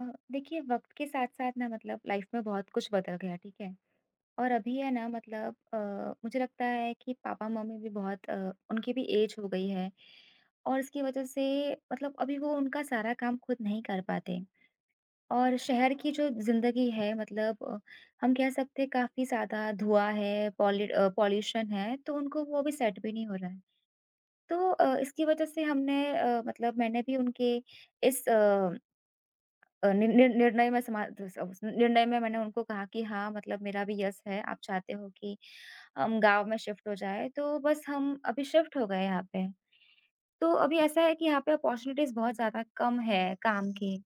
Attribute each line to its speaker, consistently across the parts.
Speaker 1: अ, देखिए वक़्त के साथ-साथ ना मतलब लाइफ़ में बहुत कुछ बदल गया, ठीक है? और अभी है ना मतलब मुझे लगता है कि पापा-मम्मी भी बहुत उनकी भी एज हो गई है और इसकी वजह से मतलब अभी वो उनका सारा काम खुद नहीं कर पाते। और शहर की जो ज़िंदगी है मतलब हम कह सकते हैं काफ़ी ज़्यादा धुआँ है, पॉल्यूशन है, तो उनको वो भी सेट भी नहीं हो रहा है। तो इसकी वजह से मतलब मैंने भी उनके इस अ अ, नि नि निर्णय में समा तो स उस निर्णय में मैंने उनको कहा कि हाँ, मतलब मेरा भी यस है, आप चाहते हो कि हम गाँव में शिफ्ट हो जाएँ, तो बस हम अभी शिफ्ट हो गए यहाँ पे। तो अभी ऐसा है कि यहाँ पे अपॉर्च्युनिटीज़ बहुत ज़्यादा कम है काम की,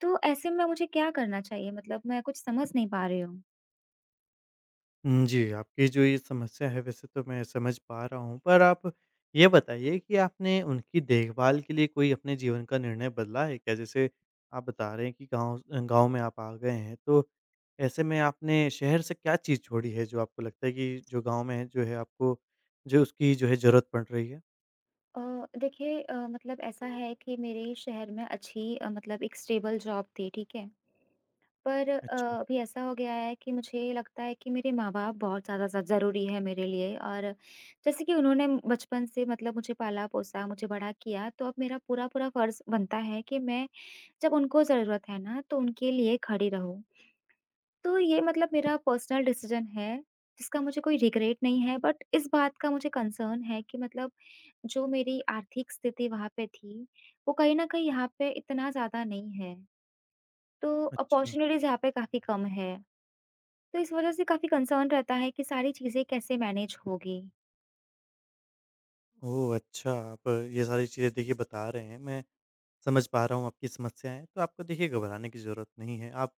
Speaker 1: तो ऐसे में मुझे क्या करना चाहिए? मतलब मैं कुछ समझ नहीं पा रही हूँ।
Speaker 2: हुँ, जी, आपकी जो ये समस्या है वैसे तो मैं समझ पा रहा हूँ। पर आप ये बताइए कि आपने उनकी देखभाल के लिए कोई अपने जीवन का निर्णय बदला है क्या? जैसे आप बता रहे हैं कि गाँव में आप आ गए हैं, तो ऐसे में आपने शहर से क्या चीज़ छोड़ी है जो आपको लगता है कि जो गाँव में है जो है आपको जो उसकी जो है ज़रूरत पड़ रही है?
Speaker 1: अ, देखिए मतलब ऐसा है कि मेरे शहर में मतलब एक स्टेबल जॉब थी, ठीक है? पर
Speaker 2: अच्छा,
Speaker 1: अभी ऐसा हो गया है कि मुझे लगता है कि मेरे माँ-बाप बहुत ज़्यादा ज़ ज़रूरी है मेरे लिए और जैसे कि उन्होंने बचपन से मतलब मुझे पाला-पोसा, मुझे बड़ा किया, तो अब मेरा पूरा-पूरा फ़र्ज़ बनता है कि मैं जब उनको ज़रूरत है ना, तो उनके लिए खड़ी रहूँ। तो ये मतलब मेरा पर्सनल डिसीज़न है, जिसका मुझे कोई रिग्रेट नहीं है, बट इस बात का मुझे कंसर्न है कि मतलब जो मेरी आर्थिक स्थिति वहाँ पे थी, वो कहीं न कहीं यहाँ पे इतना ज़्यादा नहीं है। तो
Speaker 2: अच्छा।
Speaker 1: अपॉर्च्युनिटीज़ यहाँ पे काफ़ी कम है। तो इस वजह से काफ़ी कंसर्न रहता है कि सारी चीज़ें कैसे मैनेज होगी?
Speaker 2: ओह! अच्छा, आप ये सारी चीज़ें देखिए बता रहे हैं। मैं समझ पा रहा हूँ आपकी समस्याएँ। तो आपको देखिए घबराने की ज़रूरत नहीं है। आप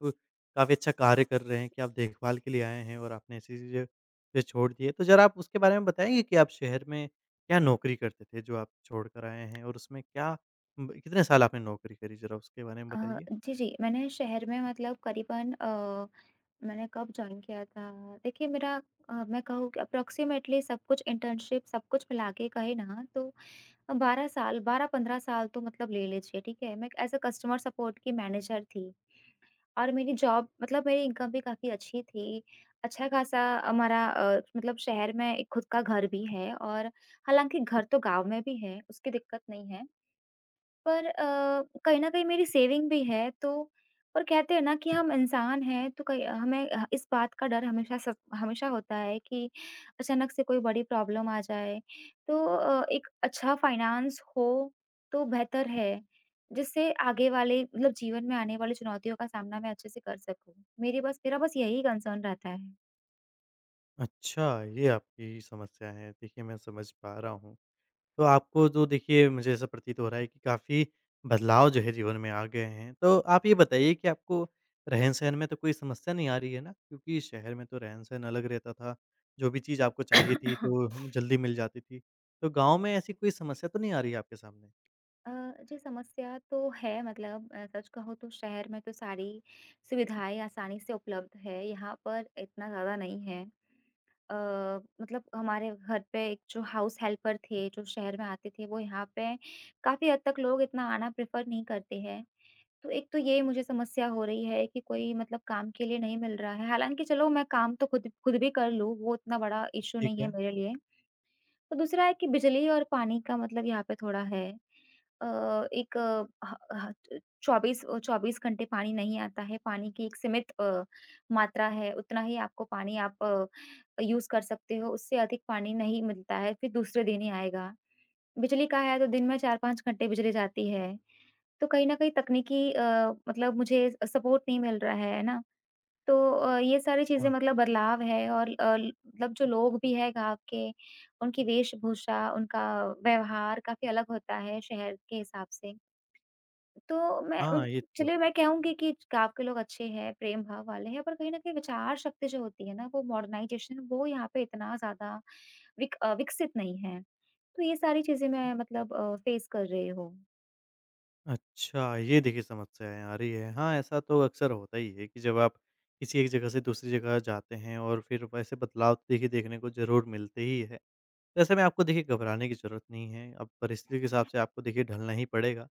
Speaker 2: काफ़ी अच्छा कार्य कर रहे हैं कि आप देखभाल के लिए आए हैं और आपने ऐसी चीज़ें चीज़ें छोड़ दी है। तो ज़रा आप उसके बारे में बताएँगे कि आप शहर में क्या नौकरी करते थे जो आप छोड़ कर आए हैं? और उसमें क्या ब कितने साल आपने नौकरी करी, ज़रा उसके बारे में
Speaker 1: अ,
Speaker 2: बताइए?
Speaker 1: जी, जी। मैंने शहर में मतलब करीबन मैंने कब जॉइन किया था? देखिए मेरा मैं कहूँ कि अप्रॉक्सिमेटली सब कुछ इंटर्नशिप सब कुछ मिला के कहे ना तो 12 साल 12-15 साल तो मतलब ले लीजिए, ठीक है? मैं एज़ अ कस्टमर सपोर्ट की मैनेजर थी और मेरी जॉब मतलब मेरी इनकम भी काफ़ी अच्छी थी। अच्छा-खासा हमारा मतलब शहर में एक खुद का घर भी है और हालाँकि घर तो गाँव में भी है, उसकी दिक्कत नहीं है। पर कहीं न कहीं मेरी सेविंग भी है तो पर कहते हैं ना कि हम इंसान हैं तो कहीं हमें ह इस बात का डर हमेशा सब हमेशा होता है कि अचानक से कोई बड़ी प्रॉब्लम आ जाए। तो एक अच्छा फाइनेंस हो तो बेहतर है, जिससे आगे वाले मतलब जीवन में आने वाली चुनौतियों का सामना मैं अच्छे से कर सकूँ। मेरी बस मेरा बस यही कंसर्न रहता है।
Speaker 2: अच्छा, ये आपकी समस्या है। देखिए मैं समझ पा रहा हूँ। तो आपको तो देखिए मुझे ऐसा प्रतीत हो रहा है कि काफ़ी बदलाव जो है जीवन में आ गए हैं। तो आप ये बताइए कि आपको रहन-सहन में तो कोई समस्या नहीं आ रही है ना? क्योंकि शहर में तो रहन-सहन अलग रहता था, जो भी चीज़ आपको चाहिए थी तो हम जल्दी मिल जाती थी। तो गाँव में ऐसी कोई समस्या तो नहीं आ रही है आपके सामने?
Speaker 1: अ, जी समस्या तो है मतलब सच कहूँ तो शहर में तो सारी सुविधाएँ आसानी से उपलब्ध है, यहाँ पर इतना ज़्यादा नहीं है। अ, मतलब हमारे घर पे एक जो हाउस हेल्पर थे, जो शहर में आते थे, वो यहाँ पे काफ़ी हद तक लोग इतना आना प्रेफ़र नहीं करते हैं। तो एक तो ये मुझे समस्या हो रही है कि कोई मतलब काम के लिए नहीं मिल रहा है, हालाँकि चलो मैं काम तो खुद खुद भी कर लूँ, वो इतना बड़ा इश्यू
Speaker 2: ठीक
Speaker 1: नहीं है
Speaker 2: है,
Speaker 1: मेरे लिए। तो दूसरा है कि बिजली और पानी का मतलब यहाँ पे थोड़ा है अ, एक अ, ह ह 24 अ, 24 घंटे पानी नहीं आता है, पानी की एक सीमित मात्रा है, उतना ही आपको पानी आप यूज़ कर सकते हो, उससे अधिक पानी नहीं मिलता है, फिर दूसरे दिन ही आएगा। बिजली का है तो दिन में 4-5 घंटे बिजली जाती है, तो कहीं न कहीं तकनीकी मतलब मुझे सपोर्ट नहीं मिल रहा है ना? तो ये सारी चीज़ें
Speaker 2: अच्छा।
Speaker 1: मतलब बदलाव है और अ, ल मतलब जो लोग भी हैं गाँव के, उनकी वेशभूषा, उनका व्यवहार काफ़ी अलग होता है शहर के हिसाब से। तो मैं उन
Speaker 2: हाँ, ये तो
Speaker 1: चलिए मैं कहूँगी कि गाँव के लोग अच्छे हैं, प्रेम भाव वाले हैं, पर कहीं न कहीं विचार शक्ति जो होती है ना, वो मॉडर्नाइज़ेशन वो यहाँ पे इतना ज़्यादा विकसित नहीं है। तो ये सारी चीज़ें
Speaker 2: है।
Speaker 1: मैं मतलब फ़ेस कर रही हूँ।
Speaker 2: अच्छा, ये देखिए समस्याएँ आ रही है। हाँ, ऐसा तो अक्सर होता ही है कि जब आप किसी एक जगह से दूसरी जगह जाते हैं और फिर वैसे बदलाव तो देखिए देखने को ज़रूर मिलते ही है। वैसे में आपको देखिए घबराने की ज़रूरत नहीं है, अब परिस्थिति के हिसाब से आपको देखिए ढलना ही पड़ेगा।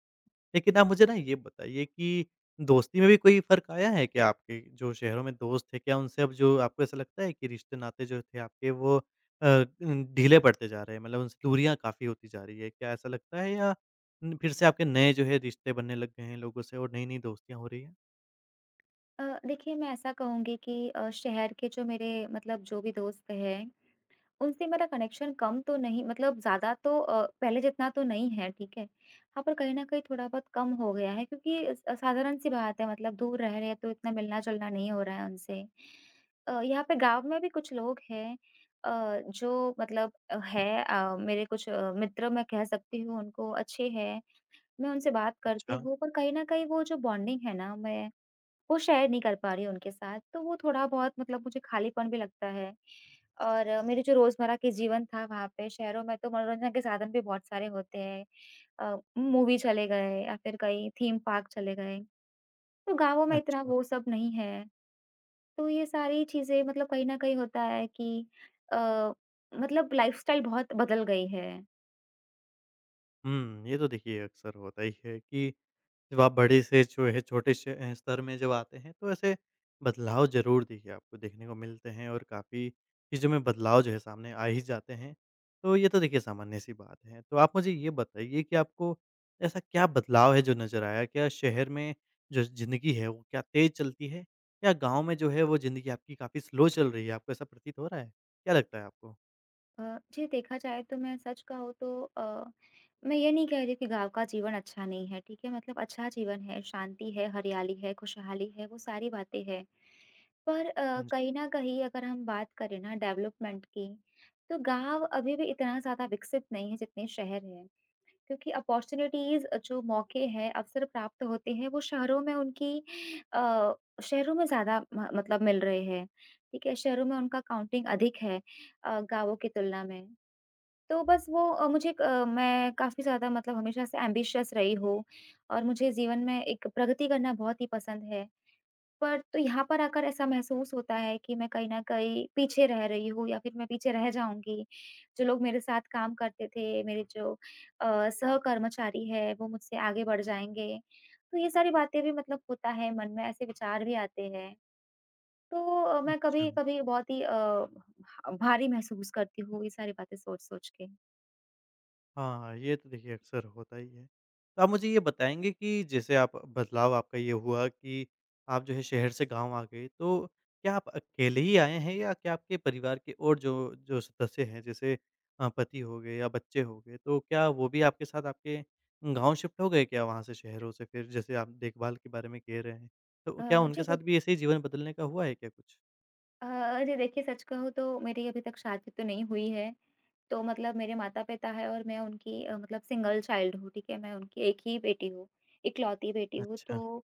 Speaker 2: लेकिन आप मुझे ना ये बताइए कि दोस्ती में भी कोई फ़र्क आया है क्या आपके? जो शहरों में दोस्त थे, क्या उनसे अब जो आपको ऐसा लगता है कि रिश्ते-नाते जो थे आपके वो अ, ढीले पड़ते जा रहे हैं, मतलब उनसे दूरियाँ काफ़ी होती जा रही है, क्या ऐसा लगता है या फिर से आपके नए जो है रिश्ते बनने लग गए हैं लोगों से और नई-नई दोस्तियाँ हो रही हैं?
Speaker 1: देखिए मैं ऐसा कहूँगी कि शहर के जो मेरे मतलब जो भी दोस्त हैं उनसे मेरा कनेक्शन कम तो नहीं मतलब ज़्यादा तो पहले जितना तो नहीं है, ठीक है। हाँ, पर कहीं न कहीं थोड़ा बहुत कम हो गया है क्योंकि स साधारण-सी बात है मतलब दूर रह रहे हैं तो इतना मिलना-जुलना नहीं हो रहा है उनसे। यहाँ पे गाँव में भी कुछ लोग हैं अ, जो मतलब अ, है अ, मेरे कुछ अ, मित्र मैं कह सकती हूँ उनको अच्छे हैं, मैं उनसे बात करती
Speaker 2: अच्छा,
Speaker 1: हूँ पर कहीं न कहीं वो जो बॉन्डिंग है ना मैं वो शेयर नहीं कर पा रही हूँ उनके साथ, तो वो थोड़ा-बहुत मतलब मुझे खालीपन भी लगता है। और मेरे जो रोज़मर्रा के जीवन था वहाँ पे शहरों में तो मनोरंजन के साधन भी बहुत सारे होते हैं। मूवी चले गए या फिर कहीं थीम पार्क चले गए, तो गाँवों में इतना
Speaker 2: अच्छा।
Speaker 1: वो सब नहीं है। तो ये सारी चीज़ें मतलब कहीं न कहीं होता है कि अ, मतलब लाइफ़स्टाइल बहुत बदल गई है।
Speaker 2: ये तो देखिए अक्सर होता ही है कि जब आप बड़े से जो है छोटे स्तर में जब आते हैं तो ऐसे बदलाव ज़रूर देखिए आपको देखने को मिलते हैं और काफ़ी चीज़ों में बदलाव जो है सामने आ ही जाते हैं। तो ये तो देखिए सामान्य-सी बात है। तो आप मुझे ये बताइए कि आपको ऐसा क्या बदलाव है जो नज़र आया? क्या शहर में जो ज़िंदगी है वो क्या तेज़ चलती है? या गाँव में जो है वो ज़िंदगी आपकी काफ़ी स्लो चल रही है? आपको ऐसा प्रतीत हो रहा है? क्या लगता है आपको?
Speaker 1: जी देखा जाए तो मैं सच कहूँ तो अ, मैं ये नहीं कह रही कि गाँव का जीवन अच्छा नहीं है, ठीक है? मतलब अच्छा जीवन है, शांति है, हरियाली है, खुशहाली है, वो सारी बातें हैं। पर
Speaker 2: हाँ जी।
Speaker 1: कहीं न कहीं अगर हम बात करें ना डेवलपमेंट की, तो गाँव अभी भी इतना ज़्यादा विकसित नहीं है जितने शहर हैं। क्योंकि अपॉर्च्युनिटीज़ जो मौके हैं, अवसर प्राप्त होते हैं, वो शहरों में उनकी अ, शहरों में ज़्यादा म मतलब मिल रहे हैं, ठीक है? शहरों में उनका काउंटिंग अधिक है गाँवों की तुलना में। तो बस वो मुझे एक मैं काफ़ी ज़्यादा मतलब हमेशा से एम्बिशियस रही हूँ और मुझे जीवन में एक प्रगति करना बहुत ही पसंद है। पर तो यहाँ पर आकर ऐसा महसूस होता है कि मैं कहीं न कहीं पीछे रह रही हूँ या फिर मैं पीछे रह जाऊँगी। जो लोग मेरे साथ काम करते थे, मेरे जो सहकर्मचारी हैं, वो मुझसे आगे बढ़ जाएँगे। तो ये सारी बातें भी मतलब होता है मन में, ऐसे विचार भी आते हैं। तो मैं
Speaker 2: अच्छा।
Speaker 1: कभी-कभी बहुत ही भारी महसूस करती हूँ ये सारी बातें सोच-सोच के।
Speaker 2: हाँ, ये तो देखिए अक्सर होता ही है। तो आप मुझे ये बताएँगे कि जैसे आप बदलाव आपका ये हुआ कि आप जो है शहर से गाँव आ गए, तो क्या आप अकेले ही आए हैं या क्या आपके परिवार के और जो जो सदस्य हैं, जैसे पति हो गए या बच्चे हो गए, तो क्या वो भी आपके साथ आपके गाँव शिफ्ट हो गए क्या वहाँ से शहरों से, फिर जैसे आप देखभाल के बारे में कह रहे हैं? तो क्या उनके
Speaker 1: जी
Speaker 2: साथ भी ऐसे ही जीवन बदलने का हुआ है क्या कुछ?
Speaker 1: अरे देखिए सच कहूँ तो मेरी अभी तक शादी तो नहीं हुई है। तो मतलब मेरे माता-पिता हैं और मैं उनकी मतलब सिंगल चाइल्ड हूँ, ठीक है? मैं उनकी एक ही बेटी हूँ, इकलौती बेटी हूँ।
Speaker 2: अच्छा।
Speaker 1: तो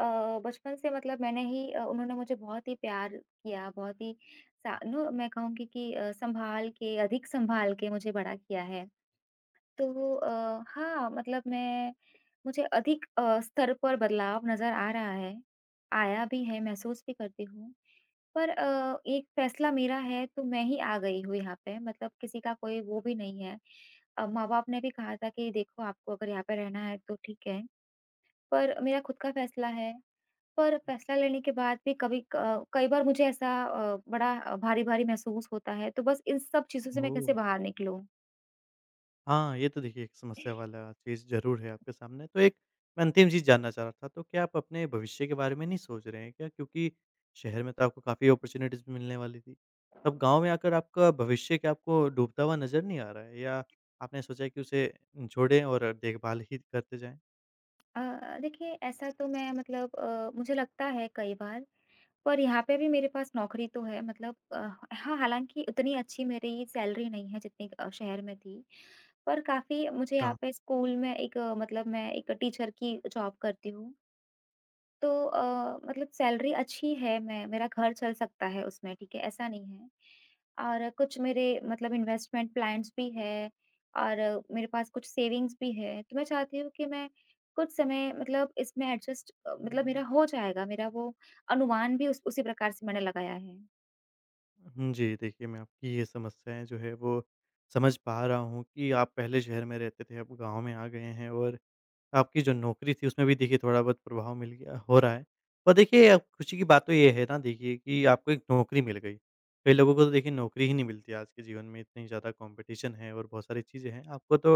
Speaker 1: अ, बचपन से मतलब उन्होंने मुझे बहुत ही प्यार किया, बहुत ही सा नो मैं कहूँगी कि अ, सँभाल के अधिक सँभाल के मुझे बड़ा किया है। तो हाँ, मतलब मैं मुझे अधिक स्तर पर बदलाव नज़र आ रहा है, आया भी है, महसूस भी करती हूँ। पर एक फैसला मेरा है तो मैं ही आ गई हूँ यहाँ पे मतलब किसी का कोई वो भी नहीं है। माँ-बाप ने भी कहा था कि देखो आपको अगर यहाँ पे रहना है तो ठीक है, पर मेरा खुद का फैसला है। पर फैसला लेने के बाद भी कभी क कई बार मुझे ऐसा बड़ा भारी-भारी महसूस होता है, तो बस इन सब चीज़ों से मैं
Speaker 2: ओह!
Speaker 1: कैसे बाहर निकलूँ?
Speaker 2: हाँ, ये तो देखिए एक समस्या वाला चीज़ ज़रूर है आपके सामने। तो एक, मैं अंतिम चीज़ जानना चाह रहा था, तो क्या आप अपने भविष्य के बारे में नहीं सोच रहे हैं क्या? क्योंकि शहर में तो आपको काफ़ी अपॉर्च्युनिटीज़ मिलने वाली थी। तब गाँव में आकर आपका भविष्य क्या आपको डूबता हुआ नज़र नहीं आ रहा है, या आपने सोचा है कि उसे छोड़ें और देखभाल ही करते जाएँ?
Speaker 1: अ, देखिए ऐसा तो मैं मतलब मुझे लगता है कई बार पर यहाँ पे भी मेरे पास नौकरी तो है मतलब हाँ, हालाँकि उतनी अच्छी मेरी सैलरी नहीं है जितनी शहर में थी। पर काफ़ी मुझे यहाँ
Speaker 2: अच्छा।
Speaker 1: पे स्कूल में एक मतलब मैं एक टीचर की जॉब करती हूँ। तो मतलब सैलरी अच्छी है, मैं मेरा घर चल सकता है उसमें, ठीक है? ऐसा नहीं है। और कुछ मेरे मतलब इन्वेस्टमेंट प्लान्स भी हैं और मेरे पास कुछ सेविंग्स भी है। तो मैं चाहती हूँ कि मैं कुछ समय मतलब इसमें मतलब मेरा हो जाएगा, मेरा वो अनुमान भी उस उसी प्रकार से मैंने लगाया है।
Speaker 2: हुँ, जी, देखिए मैं आपकी ये समस्याएँ जो है वो समझ पा रहा हूँ कि आप पहले शहर में रहते थे, अब गाँव में आ गए हैं और आपकी जो नौकरी थी उसमें भी देखिए थोड़ा-बहुत प्रभाव मिल गया हो रहा है। पर देखिए अब खुशी की बात तो ये है ना देखिए कि आपको एक नौकरी मिल गई। कई लोगों को तो देखिए नौकरी ही नहीं मिलती, आज के जीवन में इतनी ज़्यादा कॉम्पिटिशन है और बहुत सारी चीज़ें हैं। आपको तो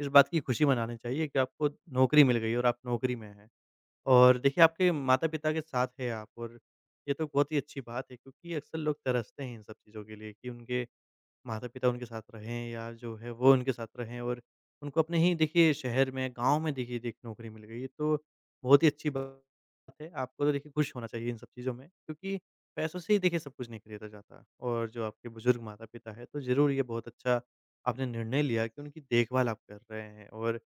Speaker 2: इस बात की खुशी मनानी चाहिए कि आपको नौकरी मिल गई और आप नौकरी में हैं। और देखिए आपके माता-पिता के साथ हैं आप और ये तो बहुत ही अच्छी बात है, क्योंकि अक्सर लोग तरसते हैं इन सब चीज़ों के लिए कि उनके माता-पिता उनके साथ रहें या जो है वो उनके साथ रहें और उनको अपने ही देखिए शहर में, गाँव में देखिए एक नौकरी मिल गई है तो बहुत ही अच्छी बात है। आपको तो देखिए खुश होना चाहिए इन सब चीज़ों में, क्योंकि पैसों से ही देखिए सब कुछ नहीं खरीदा जाता और जो आपके बुज़ुर्ग माता-पिता हैं तो ज़रूर ये बहुत अच्छा आपने निर्णय लिया कि उनकी देखभाल आप कर रहे हैं। और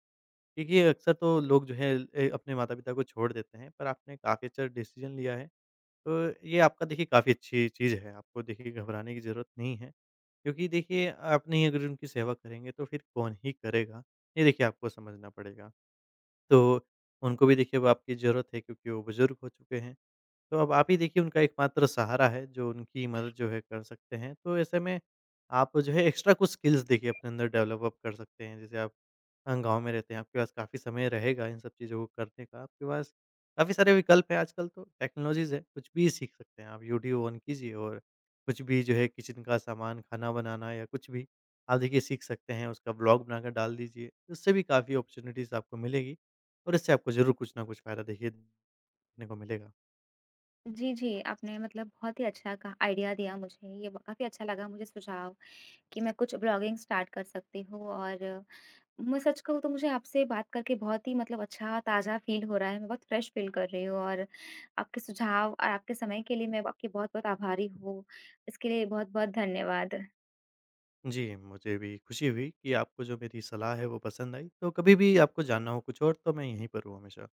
Speaker 2: देखिए अक्सर तो लोग जो है अपने माता-पिता को छोड़ देते हैं, पर आपने काफ़ी अच्छा डिसीज़न लिया है। तो ये आपका देखिए काफ़ी अच्छी चीज़ है, आपको देखिए घबराने की ज़रूरत नहीं है। क्योंकि देखिए आप नहीं अगर उनकी सेवा करेंगे तो फिर कौन ही करेगा, ये देखिए आपको समझना पड़ेगा। तो उनको भी देखिए अब आपकी ज़रूरत है, क्योंकि वो बुज़ुर्ग हो चुके हैं। तो अब आप ही देखिए उनका एकमात्र सहारा है, जो उनकी मदद जो है कर सकते हैं। तो ऐसे में आप जो है एक्स्ट्रा कुछ स्किल्स देखिए अपने अंदर डेवलप अप कर सकते हैं। जैसे आप गाँव में रहते हैं, आपके पास काफ़ी समय रहेगा इन सब चीज़ों को करने का। आपके पास काफ़ी सारे विकल्प हैं आजकल तो, टेक्नोलॉज़ीज़ है, कुछ भी सीख सकते हैं आप। यूट्यूब ऑन कीजिए और कुछ भी जो है किचन का सामान, खाना बनाना या कुछ भी, आप देखिए सीख सकते हैं। उसका व्लॉग बनाकर डाल दीजिए, उससे भी काफ़ी अपॉर्च्युनिटीज़ आपको मिलेगी और इससे आपको ज़रूर कुछ ना कुछ फ़ायदा देखिए देखने को मिलेगा।
Speaker 1: जी, जी, आपने मतलब बहुत ही अच्छा कहा आइडिया दिया मुझे, ये काफ़ी अच्छा लगा मुझे सुझाव कि मैं कुछ ब्लॉगिंग स्टार्ट कर सकती हूँ और मैं सच कहूँ तो मुझे आपसे बात करके बहुत ही मतलब ताज़ा फ़ील हो रहा है। मैं बहुत फ्रेश फ़ील कर रही हूँ और आपके सुझाव और आपके समय के लिए मैं आपकी बहुत-बहुत आभारी हूँ। इसके लिए बहुत-बहुत धन्यवाद।
Speaker 2: जी, मुझे भी खुशी हुई कि आपको जो मेरी सलाह है वो पसंद आई। तो कभी भी आपको जानना हो कुछ और, तो मैं यहीं पर हूँ हमेशा।